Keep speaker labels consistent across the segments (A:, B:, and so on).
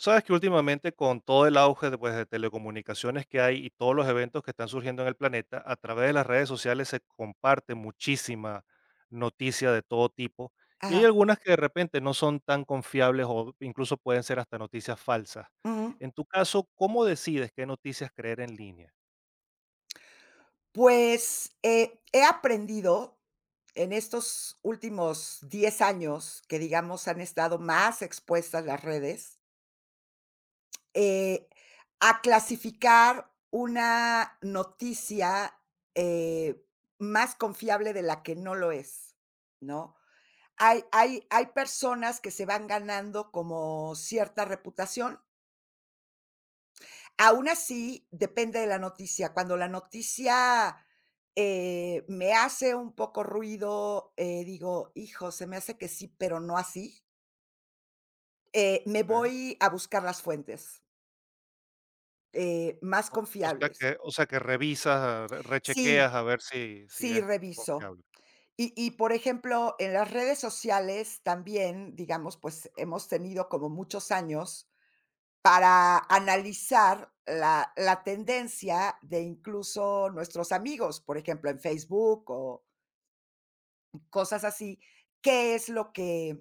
A: Sabes que últimamente con todo el auge de, pues, de telecomunicaciones que hay y todos los eventos que están surgiendo en el planeta, a través de las redes sociales se comparte muchísima noticia de todo tipo y
B: Ajá,
A: hay algunas que de repente no son tan confiables o incluso pueden ser hasta noticias falsas.
B: ujú.
A: En tu caso, ¿cómo decides qué noticias creer en línea?
B: Pues, he aprendido en estos últimos 10 años que, digamos, han estado más expuestas las redes, eh, a clasificar una noticia, eh, más confiable de la que no lo es, ¿no? Hay personas que se van ganando como cierta reputación. Aún así, depende de la noticia. Cuando la noticia me hace un poco ruido, digo: "Hijo, se me hace que sí, pero no así", me
A: Ok.
B: voy a buscar las fuentes más confiables.
A: O sea que revisas,
B: Sí,
A: rechequeas a ver si, si
B: sí,
A: es
B: reviso.
A: confiable.
B: Por ejemplo, en las redes sociales también, digamos, pues, hemos tenido como muchos años para analizar la tendencia de incluso nuestros amigos, por ejemplo, en Facebook o cosas así, qué es lo que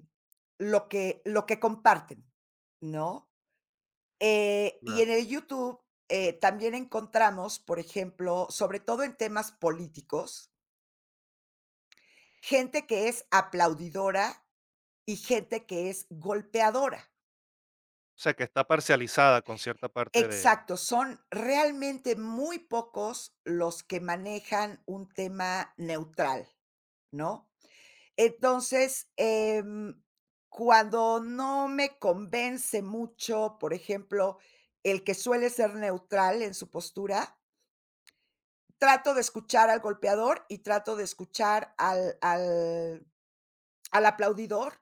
B: lo que lo que comparten, ¿no? Y
A: Claro.
B: en el YouTube también encontramos, por ejemplo, sobre todo en temas políticos, gente que es aplaudidora y gente que es golpeadora.
A: O sea que está parcializada con cierta parte de...
B: Exacto, son realmente muy pocos los que manejan un tema neutral, ¿no? Entonces, cuando no me convence mucho, por ejemplo, el que suele ser neutral en su postura, trato de escuchar al golpeador y trato de escuchar al al aplaudidor.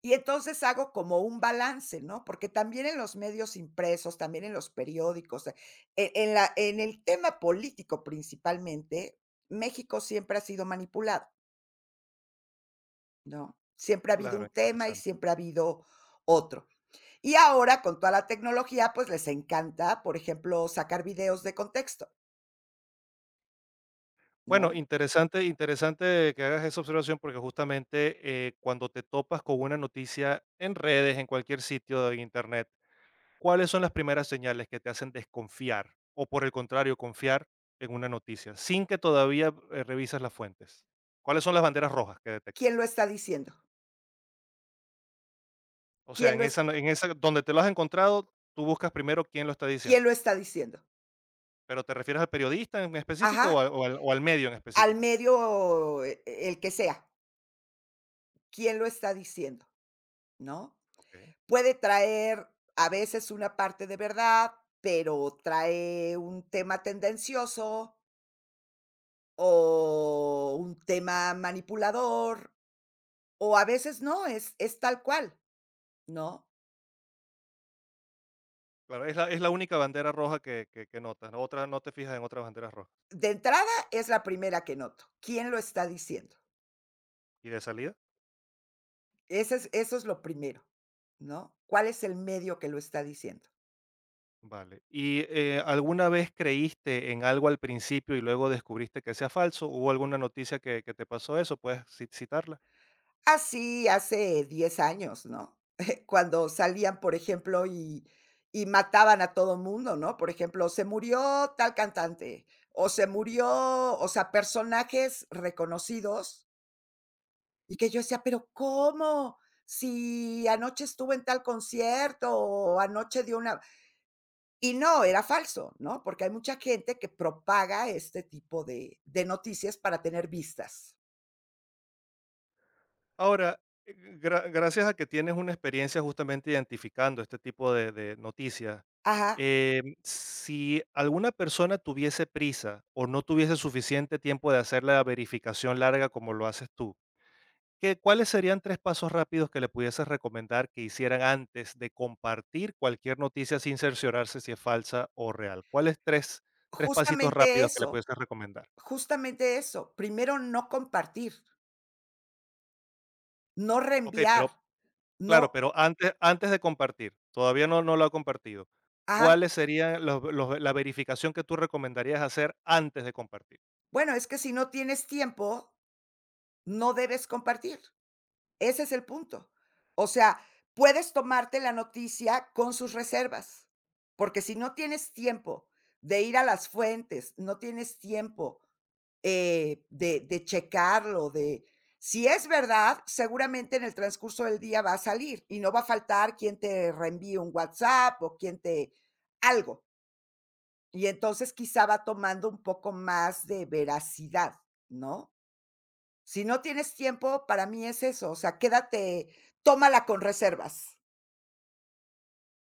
B: Y entonces hago como un balance, ¿no? Porque también en los medios impresos, también en los periódicos, en la en el tema político principalmente, México siempre ha sido manipulado, ¿no? Siempre ha habido
A: Claro,
B: un tema y
A: interesante.
B: siempre ha habido otro. Y ahora con toda la tecnología, pues les encanta, por ejemplo, sacar videos de contexto,
A: Bueno,
B: ¿no?
A: interesante, interesante que hagas esa observación porque justamente cuando te topas con una noticia en redes, en cualquier sitio de internet, ¿cuáles son las primeras señales que te hacen desconfiar o por el contrario confiar en una noticia sin que todavía revisas las fuentes? ¿Cuáles son las banderas rojas que
B: ¿Quién
A: detectas?
B: lo está diciendo?
A: O sea,
B: ¿Quién
A: en
B: lo
A: esa,
B: es
A: en esa donde te lo has encontrado, tú buscas primero quién lo está diciendo,
B: ¿Quién lo está diciendo?
A: pero ¿te refieres al periodista en específico
B: Ajá,
A: o, al, o al medio en
B: al
A: específico?
B: medio, el que sea, ¿quién lo está diciendo? ¿No?
A: Ok.
B: Puede traer a veces una parte de verdad, pero trae un tema tendencioso o un tema manipulador, o a veces no, es tal cual, ¿no?
A: Claro, es la única bandera roja que notas, ¿no? Otra, no te fijas en otras banderas rojas.
B: De entrada es la primera que noto, ¿quién lo está diciendo?
A: ¿Y de salida?
B: Ese es Eso es lo primero, ¿no? ¿Cuál es el medio que lo está diciendo?
A: Vale. ¿Y alguna vez creíste en algo al principio y luego descubriste que sea falso? ¿Hubo alguna noticia que te pasó eso? ¿Puedes citarla?
B: Así hace 10 años, ¿no? Cuando salían, por ejemplo, y mataban a todo mundo, ¿no? Por ejemplo, se murió tal cantante, o se murió, o sea, personajes reconocidos, y que yo decía: "¿Pero cómo? Si anoche estuvo en tal concierto, o anoche dio una", y no, era falso, ¿no? Porque hay mucha gente que propaga este tipo de noticias para tener vistas.
A: Ahora, eh, gracias a que tienes una experiencia justamente identificando este tipo de noticias,
B: Ajá,
A: si alguna persona tuviese prisa o no tuviese suficiente tiempo de hacer la verificación larga como lo haces tú, ¿Qué cuáles serían 3 pasos rápidos que le pudieses recomendar que hicieran antes de compartir cualquier noticia sin cerciorarse si es falsa o real? ¿Cuáles tres pasitos
B: justamente
A: rápidos que le
B: eso.
A: pudieses recomendar?
B: Justamente eso, primero no compartir, no
A: Okey,
B: reenviar,
A: pero
B: no,
A: claro, pero antes de compartir, todavía no lo ha compartido.
B: ajá.
A: ¿Cuáles serían los la verificación que tú recomendarías hacer antes de compartir?
B: Bueno, es que si no tienes tiempo, no debes compartir. Ese es el punto. O sea, puedes tomarte la noticia con sus reservas, porque si no tienes tiempo de ir a las fuentes, no tienes tiempo de checarlo, de si es verdad, seguramente en el transcurso del día va a salir y no va a faltar quien te reenvíe un WhatsApp o quien te algo. Y entonces quizá va tomando un poco más de veracidad, ¿no? Si no tienes tiempo, para mí es eso, o sea, quédate, tómala con reservas,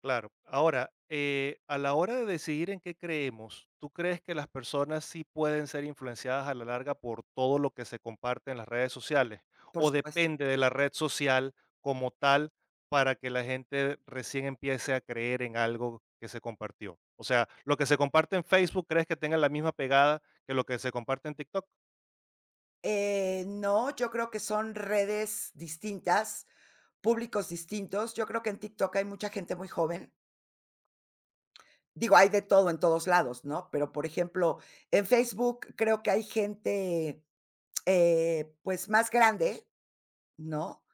A: Claro. Ahora, a la hora de decidir en qué creemos, ¿tú crees que las personas sí pueden ser influenciadas a la larga por todo lo que se comparte en las redes sociales?
B: por
A: ¿O
B: supuesto.
A: depende de la red social como tal para que la gente recién empiece a creer en algo que se compartió? O sea, lo que se comparte en Facebook, ¿crees que tenga la misma pegada que lo que se comparte en TikTok?
B: No, yo creo que son redes distintas, públicos distintos. Yo creo que en TikTok hay mucha gente muy joven. Digo, hay de todo en todos lados, ¿no? Pero, por ejemplo, en Facebook creo que hay gente pues, más grande, ¿no?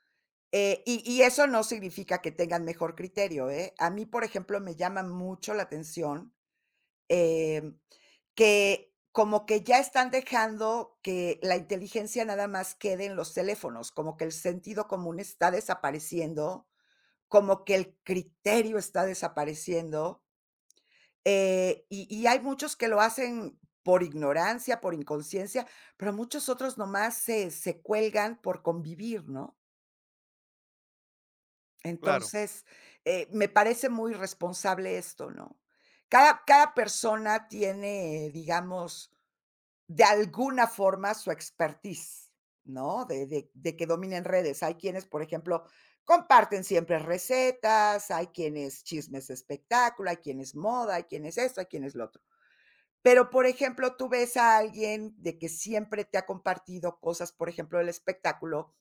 B: Y eso no significa que tengan mejor criterio, ¿eh? A mí, por ejemplo, me llama mucho la atención em, que como que ya están dejando que la inteligencia nada más quede en los teléfonos, como que el sentido común está desapareciendo, como que el criterio está desapareciendo. Y hay muchos que lo hacen por ignorancia, por inconsciencia, pero muchos otros nomás se cuelgan por convivir, ¿no?
A: Claro.
B: Entonces, me parece muy responsable esto, ¿no? Cada persona tiene, digamos, de alguna forma su expertise, ¿no? De que dominen redes. Hay quienes, por ejemplo, comparten siempre recetas, hay quienes chismes de espectáculo, hay quienes moda, hay quienes esto, hay quienes lo otro. Pero, por ejemplo, tú ves a alguien de que siempre te ha compartido cosas, por ejemplo, del espectáculo,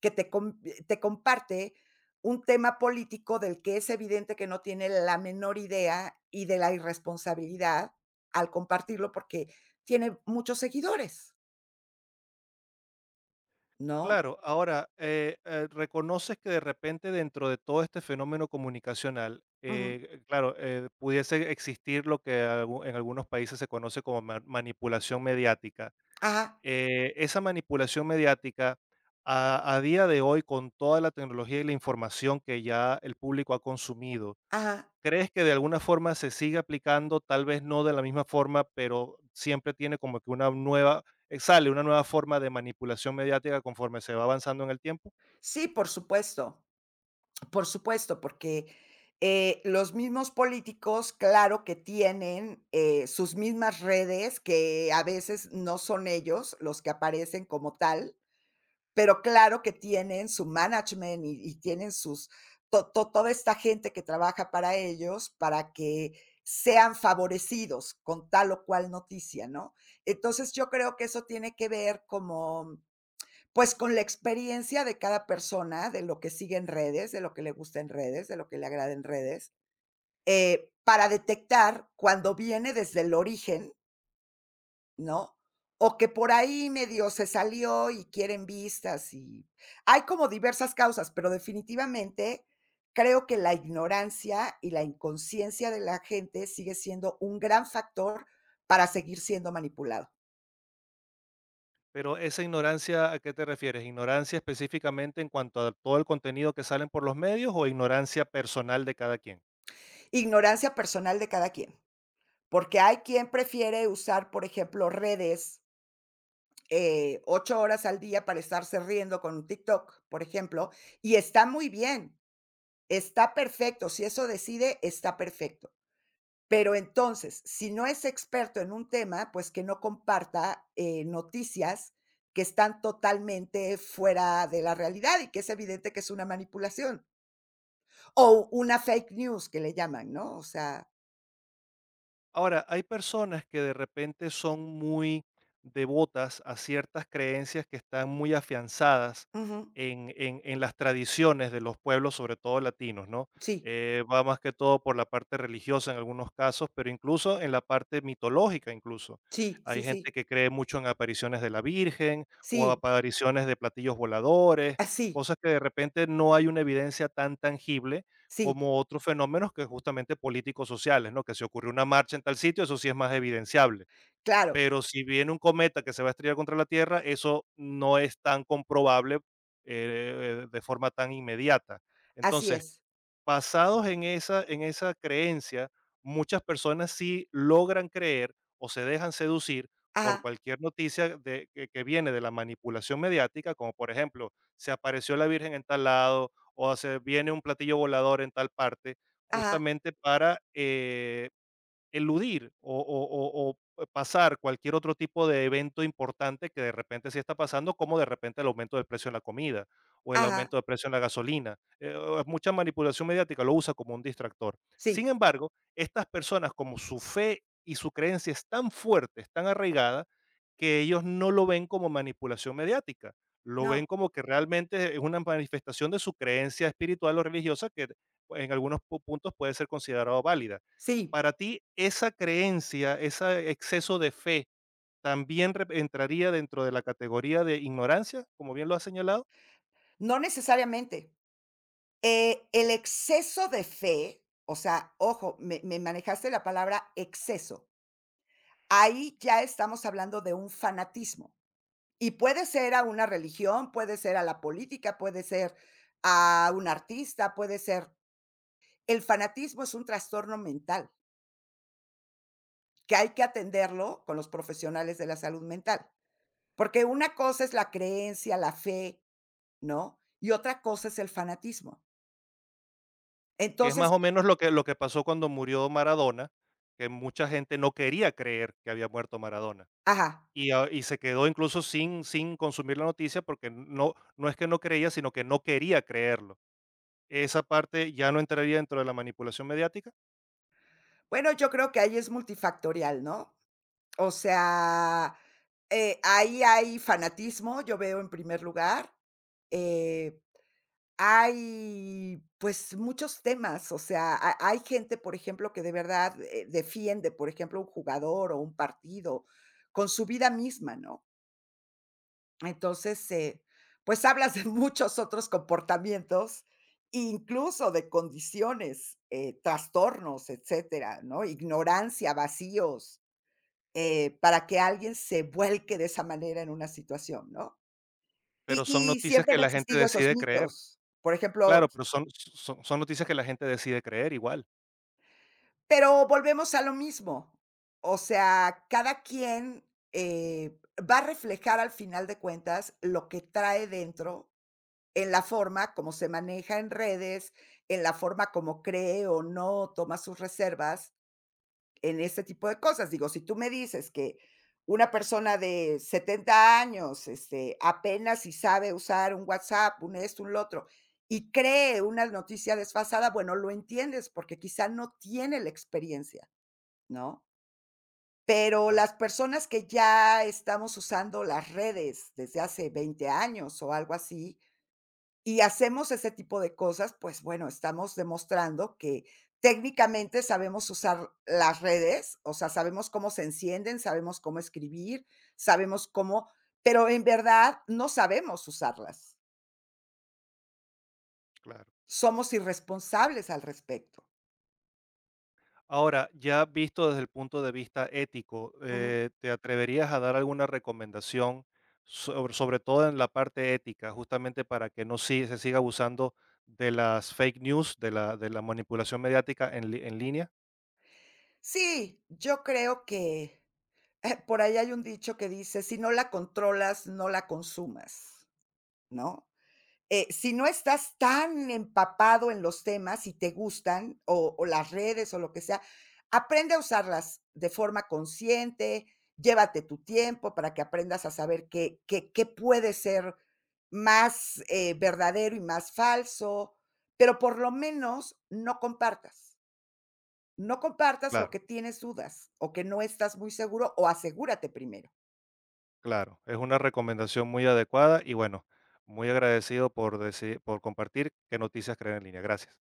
B: que te comparte un tema político del que es evidente que no tiene la menor idea y de la irresponsabilidad al compartirlo, porque tiene muchos seguidores, ¿no?
A: Claro, ahora, reconoces que de repente dentro de todo este fenómeno comunicacional,
B: Ujú.
A: claro, pudiese existir lo que en algunos países se conoce como manipulación mediática.
B: Ajá,
A: Esa manipulación mediática, a día de hoy, con toda la tecnología y la información que ya el público ha consumido,
B: ajá.
A: ¿Crees que de alguna forma se sigue aplicando? Tal vez no de la misma forma, pero siempre tiene como que una nueva, sale una nueva forma de manipulación mediática conforme se va avanzando en el tiempo.
B: Sí, por supuesto. Por supuesto, porque los mismos políticos, claro que tienen sus mismas redes, que a veces no son ellos los que aparecen como tal, pero claro que tienen su management y tienen sus to to toda esta gente que trabaja para ellos, para que sean favorecidos con tal o cual noticia, ¿no? Entonces, yo creo que eso tiene que ver como, pues, con la experiencia de cada persona, de lo que sigue en redes, de lo que le gusta en redes, de lo que le agrada en redes para detectar cuando viene desde el origen, ¿no? O que por ahí medio se salió y quieren vistas y hay como diversas causas, pero definitivamente creo que la ignorancia y la inconsciencia de la gente sigue siendo un gran factor para seguir siendo manipulado.
A: Pero esa ignorancia, ¿a qué te refieres? ¿Ignorancia específicamente en cuanto a todo el contenido que salen por los medios o ignorancia personal de cada quien?
B: Ignorancia personal de cada quien. Porque hay quien prefiere usar, por ejemplo, redes, 8 horas al día para estarse riendo con un TikTok, por ejemplo, y está muy bien, está perfecto, si eso decide, está perfecto. Pero entonces, si no es experto en un tema, pues que no comparta noticias que están totalmente fuera de la realidad y que es evidente que es una manipulación o una fake news que le llaman, ¿no? O sea,
A: Ahora, hay personas que de repente son muy devotas a ciertas creencias que están muy afianzadas
B: ujú,
A: en, en las tradiciones de los pueblos, sobre todo latinos, ¿no?
B: sí,
A: Va más que todo por la parte religiosa en algunos casos, pero incluso en la parte mitológica, incluso.
B: sí,
A: Hay
B: sí,
A: gente
B: sí,
A: que cree mucho en apariciones de la Virgen o
B: sí,
A: apariciones de platillos voladores,
B: así.
A: cosas que de repente no hay una evidencia tan tangible
B: Sí,
A: como otros fenómenos que justamente políticos sociales, ¿no? Que se ocurrió una marcha en tal sitio, eso sí es más evidenciable.
B: claro,
A: Pero si viene un cometa que se va a estrellar contra la Tierra, eso no es tan comprobable de forma tan inmediata.
B: así
A: Entonces,
B: es.
A: basados en esa creencia, muchas personas sí logran creer o se dejan seducir
B: Ajá,
A: por cualquier noticia de que viene de la manipulación mediática, como por ejemplo, se apareció la Virgen en tal lado o se viene un platillo volador en tal parte,
B: ajá,
A: justamente para, eludir o pasar cualquier otro tipo de evento importante que de repente sí está pasando, como de repente el aumento del precio en la comida o el
B: ajá,
A: aumento del precio en la gasolina. O mucha manipulación mediática lo usa como un distractor.
B: sí,
A: Sin embargo, estas personas, como su fe y su creencia es tan fuerte, es tan arraigada, que ellos no lo ven como manipulación mediática, lo ven
B: no,
A: como que realmente es una manifestación de su creencia espiritual o religiosa que en algunos puntos puede ser considerado válida.
B: sí,
A: Para ti, esa creencia, ese exceso de fe, ¿también entraría dentro de la categoría de ignorancia, como bien lo has señalado?
B: no necesariamente. El exceso de fe, o sea, ojo, me manejaste la palabra exceso. Ahí ya estamos hablando de un fanatismo, y puede ser a una religión, puede ser a la política, puede ser a un artista, puede ser, el fanatismo es un trastorno mental que hay que atenderlo con los profesionales de la salud mental. Porque una cosa es la creencia, la fe, ¿no? Y otra cosa es el fanatismo.
A: Que es
B: Entonces,
A: más o menos lo que pasó cuando murió Maradona, que mucha gente no quería creer que había muerto Maradona.
B: ajá.
A: Y, y se quedó incluso sin, sin consumir la noticia porque no, no es que no creía, sino que no quería creerlo. Esa parte ya no entraría dentro de la manipulación mediática,
B: Bueno, yo creo que ahí es multifactorial, ¿no? O sea, ahí hay fanatismo, yo veo en primer lugar, eh, hay, pues, muchos temas, o sea, ha hay gente, por ejemplo, que de verdad defiende, por ejemplo, un jugador o un partido con su vida misma, ¿no? Entonces, pues hablas de muchos otros comportamientos, incluso de condiciones trastornos, etcétera, ¿no? Ignorancia, vacíos para que alguien se vuelque de esa manera en una situación, ¿no? Y
A: pero son
B: y
A: noticias
B: siempre
A: que
B: han
A: la gente
B: existido esos
A: decide creer.
B: mitos. Por ejemplo,
A: Claro, pero son, son, son noticias que la gente decide creer igual.
B: pero volvemos a lo mismo. O sea, cada quien va a reflejar, al final de cuentas, lo que trae dentro. En la forma como se maneja en redes, en la forma como cree o no toma sus reservas, en ese tipo de cosas. Digo, si tú me dices que una persona de 70 años, este, apenas si sabe usar un WhatsApp, un esto, un lo otro, y cree una noticia desfasada, bueno, lo entiendes porque quizá no tiene la experiencia, ¿no? Pero
A: Claro.
B: las personas que ya estamos usando las redes desde hace 20 años o algo así, y hacemos ese tipo de cosas, pues bueno, estamos demostrando que técnicamente sabemos usar las redes, o sea, sabemos cómo se encienden, sabemos cómo escribir, sabemos cómo, pero en verdad no sabemos usarlas.
A: Claro.
B: Somos irresponsables al respecto.
A: Ahora, ya visto desde el punto de vista ético,
B: Ujú.
A: ¿te atreverías a dar alguna recomendación sobre, sobre todo en la parte ética, justamente para que no se siga abusando de las fake news, de la manipulación mediática en, en línea?
B: Sí, yo creo que, por ahí hay un dicho que dice, si no la controlas, no la consumas, ¿no? Si no estás tan empapado en los temas, si te gustan, o las redes o lo que sea, aprende a usarlas de forma consciente, llévate tu tiempo para que aprendas a saber qué, qué, qué puede ser más verdadero y más falso, pero por lo menos no compartas. No compartas lo
A: Claro,
B: que tienes dudas o que no estás muy seguro o asegúrate primero.
A: claro. Es una recomendación muy adecuada y bueno, muy agradecido por, por compartir qué noticias creen en línea. Gracias.